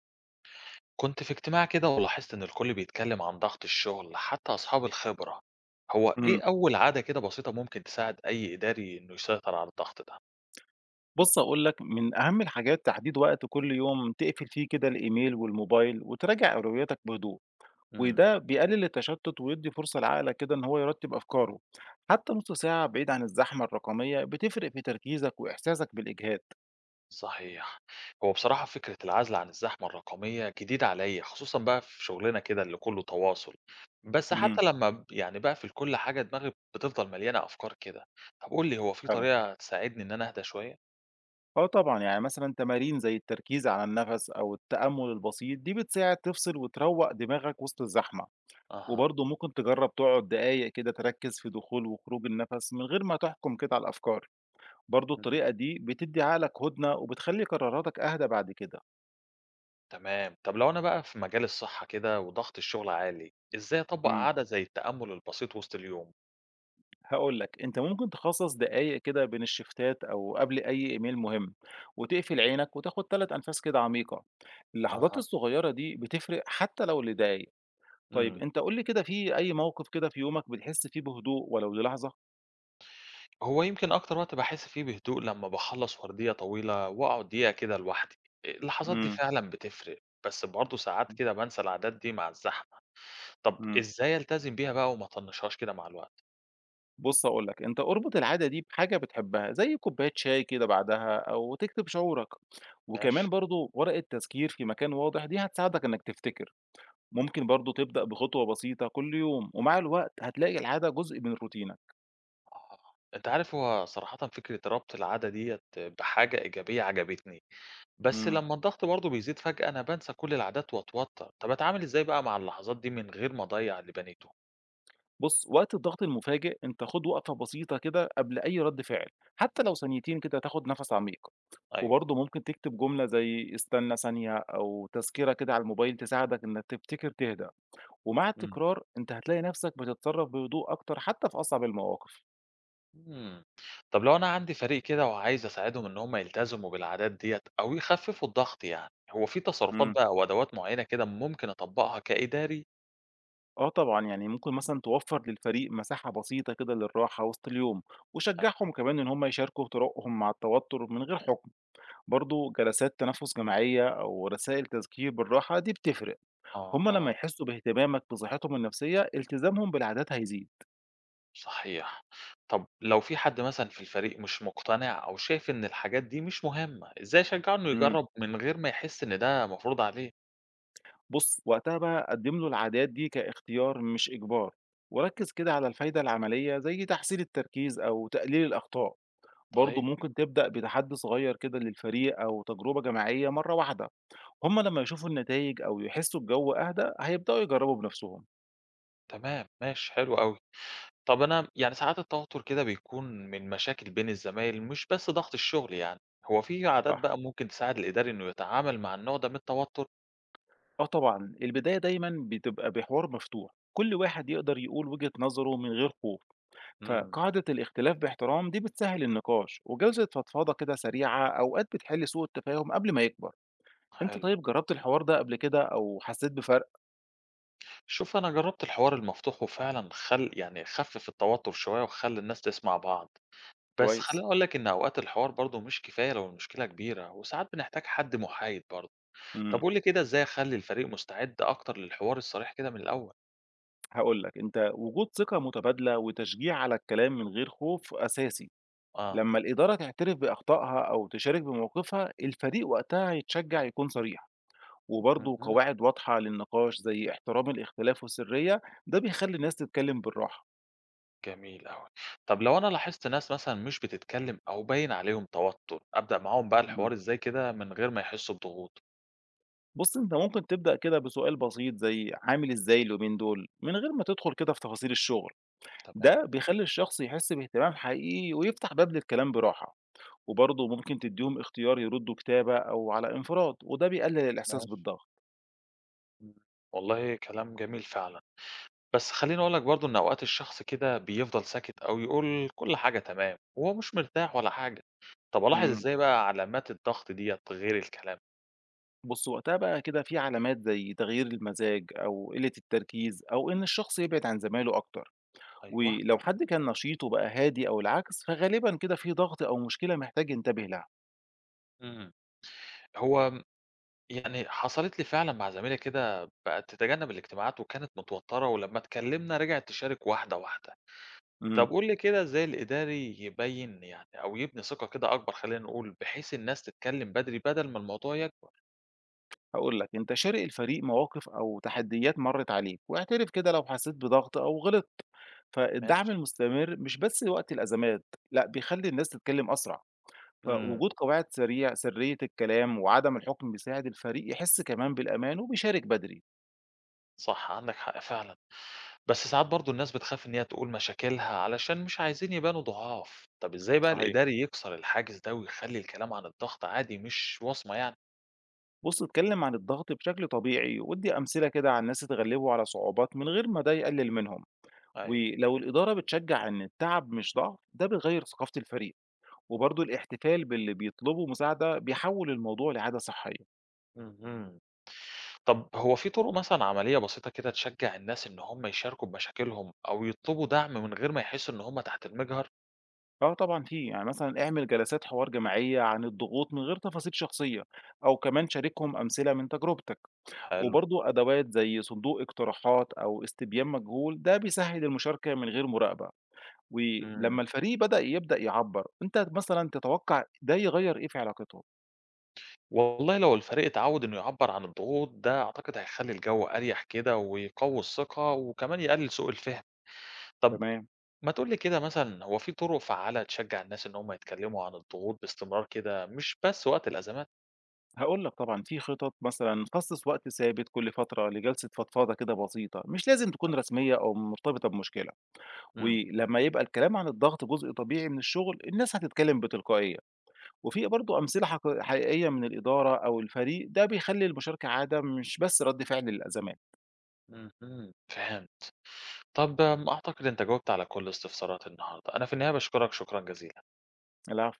كنت في اجتماع كده ولاحظت إن الكل بيتكلم عن ضغط الشغل حتى أصحاب الخبرة. هو إمم. إيه أول عادة كده بسيطة ممكن تساعد أي إداري إنه يسيطر على الضغط ده؟ بُص هاقول لك من أهم الحاجات تحديد وقت كل يوم تقفل فيه كده الإيميل والموبايل وتراجع أولوياتك بهدوء، امم وده بيقلل التشتت ويدّي فرصة لعقلك كده إن هو يرتب أفكاره، حتى نُص ساعة بعيد عن الزحمة الرقمية بتفرق في تركيزك وإحساسك بالإجهاد. صحيح. هو بصراحة فكرة العزل عن الزحمة الرقمية جديدة عليا خصوصا بقى في شغلنا كده اللي كله تواصل، بس اهم. حتى لما يعني بقى في كل حاجة دماغي بتفضل مليانة أفكار كده. طب قول لي، هو في فعلًا. طريقة تساعدني إن أنا أهدى شوية؟ آه طبعًا، يعني مثلًا تمارين زي التركيز على النَفَس أو التأمل البسيط دي بتساعد تفصل وتروّق دماغك وسط الزحمة، أها. وبرضه ممكن تجرب تقعد دقايق كده تركز في دخول وخروج النَفَس من غير ما تحكم كده على الأفكار. برضه الطريقة دي بتدّي عقلك هدنة وبتخلّي قراراتك أهدى بعد كده. تمام. طب لو أنا بقى في مجال الصحة كده وضغط الشغل عالي، إزاي أطبق إمم. عادة زي التأمل البسيط وسط اليوم؟ هاقول لك، أنت ممكن تخصّص دقايق كده بين الشيفتات أو قبل أي إيميل مهم وتقفل عينك وتاخُد 3 أنفاس كده عميقة. اللحظات اها. الصغيرة دي بتفرق حتى لو لدقايق. طيب امم أنت قُل لي كده في أي موقف كده في يومك بتحس فيه بهدوء ولو للحظة؟ هو يمكن أكتر وقت بحس فيه بهدوء لما بخلص وردية طويلة وأقعد دقيقة كده لوحدي. اللحظات دي إمم، فعلا بتفرق، بس برضه ساعات كده بنسى العادات دي مع الزحمة. طب إمم. إزاي ألتزم بيها بقى وما أطنشهاش كده مع الوقت؟ بُص هاقول لك، أنت اربط العادة دي بحاجة بتحبها، زي كوباية شاي كده بعدها أو تكتب شعورك، وكمان ماشي. برضه ورقة تذكير في مكان واضح دي هتساعدك إنك تفتكر، ممكن برضه تبدأ بخطوة بسيطة كل يوم، ومع الوقت هتلاقي العادة جزء من روتينك. آه. أنت عارف، هو صراحة فكرة ربط العادة ديت بحاجة إيجابية عجبتني، بس إمم. لما الضغط برضه بيزيد فجأة أنا بانسى كل العادات وأتوتر. طب أتعامل إزاي بقى مع اللحظات دي من غير ما أضيع اللي بنيته؟ بُص وقت الضغط المفاجئ أنت خُد وقفة بسيطة كده قبل أي رد فعل، حتى لو ثانيتين كده تاخد نفس عميق، أيوه. وبرضه ممكن تكتب جملة زي استنى ثانية أو تذكرة كده على الموبايل تساعدك إنك تفتكر تهدأ. ومع مم. التكرار أنت هتلاقي نفسك بتتصرف بهدوء أكتر حتى في أصعب المواقف. مم. طب لو أنا عندي فريق كده وعايز أساعدهم إن هم يلتزموا بالعادات ديت أو يخففوا الضغط، يعني هو في تصرفات امم بقى أو أدوات معينة كده ممكن أطبقها كإداري؟ آه طبعًا، يعني ممكن مثلًا توفّر للفريق مساحة بسيطة كده للراحة وسط اليوم، وشجّعهم أيوه. كمان إن هم يشاركوا طرقهم مع التوتر من غير حكم، برضه جلسات تنفس جماعية أو رسائل تذكير بالراحة دي بتفرق، هم لما أها. يحسوا باهتمامك بصحتهم النفسية التزامهم بالعادات هيزيد. صحيح. طب لو في حد مثلا في الفريق مش مقتنع أو شايف إن الحاجات دي مش مهمة، إزاي أشجعه إنه امم يجرب من غير ما يحس إن ده مفروض عليه؟ بُص وقتها بقى قدّم له العادات دي كاختيار مش إجبار، وركز كده على الفايدة العملية زي تحسين التركيز أو تقليل الأخطاء. برضه طيب. ممكن تبدأ بتحدي صغير كده للفريق أو تجربة جماعية مرة واحدة. هما لما يشوفوا النتائج أو يحسوا الجو أهدى هيبدأوا يجربوا بنفسهم. تمام، ماشي، حلو أوي. طَب أنا يعني ساعات التوتر كده بيكون من مشاكل بين الزمايل مش بس ضغط الشغل يعني، هو في عادات صح. بقى ممكن تساعد الإداري إنه يتعامل مع النوع ده من التوتر؟ اه طبعا، البداية دايما بتبقى بحوار مفتوح، كل واحد يقدر يقول وجهة نظره من غير خوف، امم. فقاعدة الاختلاف باحترام دي بتسهل النقاش، وجلسة فضفاضة كده سريعة أوقات بتحل سوء التفاهم قبل ما يكبر. انت حلو. طيب جربت الحوار ده قبل كده أو حسيت بفرق؟ شوف أنا جرّبت الحوار المفتوح وفعلًا يعني خفِّف التوتر شوية وخلّى الناس تسمع بعض، بس كويس. خلّيني أقول لك إن أوقات الحوار برضه مش كفاية لو المشكلة كبيرة وساعات بنحتاج حد محايد برضه. طَب مم. قُل لي كده، إزاي أخلّي الفريق مستعد أكتر للحوار الصريح كده من الأول؟ هاقول لك، أنت وجود ثقة متبادلة وتشجيع على الكلام من غير خوف أساسي، آه. لمّا الإدارة تعترف بأخطائها أو تشارك بموقفها، الفريق وقتها هيتشجع يكون صريح، وبرضه اهم. قواعد واضحة للنقاش زي احترام الاختلاف والسرية، ده بيخلّي الناس تتكلم بالراحة. جميل أوي. طب لو أنا لاحظت ناس مثلًا مش بتتكلم أو باين عليهم توتُّر، أبدأ معاهم بقى اهم. الحوار إزاي كده من غير ما يحسّوا بضغوط؟ بُص، أنت ممكن تبدأ كده بسؤال بسيط زي عامل إزاي اليومين دول، من غير ما تدخل كده في تفاصيل الشغل، تمام. ده بيخلّي الشخص يحس باهتمام حقيقي ويفتح باب للكلام براحة. وبرضه ممكن تدّيهم اختيار يردّوا كتابة أو على انفراد، وده بيقلل الإحساس ماشي. بالضغط. إمم. والله كلام جميل فعلًا. بس خلّيني أقول لك برضه إن أوقات الشخص كده بيفضل ساكت أو يقول كل حاجة تمام وهو مش مرتاح ولا حاجة. طب ألاحظ إمم. إزاي بقى علامات الضغط ديّة غير الكلام؟ بُص، وقتها بقى كده في علامات زي تغيير المزاج أو قِلّة التركيز أو إن الشخص يبعد عن زمايله أكتر، أيوه. ولو حد كان نشيط وبقى هادي أو العكس، فغالبًا كده في ضغط أو مشكلة محتاج ينتبه لها. إمم. هو م يعني حصلت لي فعلًا مع زميلة كده بقت تتجنب الاجتماعات وكانت متوتّرة ولمّا اتكلمنا رجعت تشارك واحدة، واحدة. إمم. طب قُل لي كده، إزاي الإداري يبيّن يعني أو يبني ثقة كده أكبر، خلّينا نقول، بحيث الناس تتكلّم بدري بدل ما الموضوع يكبر؟ هاقول لك، أنت شارك الفريق مواقف أو تحديات مرّت عليك، واعترف كده لو حسيت بضغط أو غلطت. فالدعم ماشي، المستمر مش بس وقت الأزمات، لأ بيخلّي الناس تتكلم أسرع. إمم، فوجود قواعد سرية الكلام وعدم الحكم بيساعد الفريق يحس كمان بالأمان وبيشارك بدري. صح عندك حق فعلًا، بس ساعات برضه الناس بتخاف إن هي تقول مشاكلها علشان مش عايزين يبانوا ضعاف. طب إزاي بقى صحيح. الإداري يكسر الحاجز ده ويخلّي الكلام عن الضغط عادي مش وصمة يعني؟ بص، اتكلم عن الضغط بشكل طبيعي وادي أمثلة كده عن ناس اتغلبوا على صعوبات من غير ما ده يقلل منهم، أيوه. ولو الإدارة بتشجع إن التعب مش ضعف ده بيغير ثقافة الفريق، وبرضه الاحتفال باللي بيطلبوا مساعدة بيحول الموضوع لعادة صحية. اهم. طب هو في طرق مثلًا عملية بسيطة كده تشجّع الناس إن هم يشاركوا بمشاكلهم أو يطلبوا دعم من غير ما يحسّوا إن هم تحت المجهر؟ اه طبعا، في يعني مثلا اعمل جلسات حوار جماعية عن الضغوط من غير تفاصيل شخصية، او كمان شاركهم أمثلة من تجربتك، حلو. وبرضه أدوات زي صندوق اقتراحات أو استبيان مجهول ده بيسهل المشاركة من غير مراقبة. إمم. ولما الفريق يبدأ يعبر، أنت مثلا تتوقع ده يغير إيه في علاقته؟ والله لو الفريق اتعود إنه يعبّر عن الضغوط ده أعتقد هيخلّي الجو أريح كده ويقوي الثقة وكمان يقلل سوء الفهم. طب تمام. ما تقول لي كده مثلًا، هو في طرق فعّالة تشجّع الناس إن هم يتكلموا عن الضغوط باستمرار كده مش بس وقت الأزمات؟ هقول لك، طبعا في خطط، مثلا خصص وقت ثابت كل فترة لجلسة فضفاضة كده بسيطة، مش لازم تكون رسمية أو مرتبطة بمشكلة، إمم. ولما يبقى الكلام عن الضغط جزء طبيعي من الشغل الناس هتتكلم بتلقائية. وفي برضه أمثلة حقيقية من الإدارة أو الفريق، ده بيخلي المشاركة عادة مش بس رد فعل للأزمات. اهم، فهمت. طب أعتقد أنت جاوبت على كل استفساراتي النهارده. أنا في النهاية باشكرك شكرًا جزيلًا. العفو.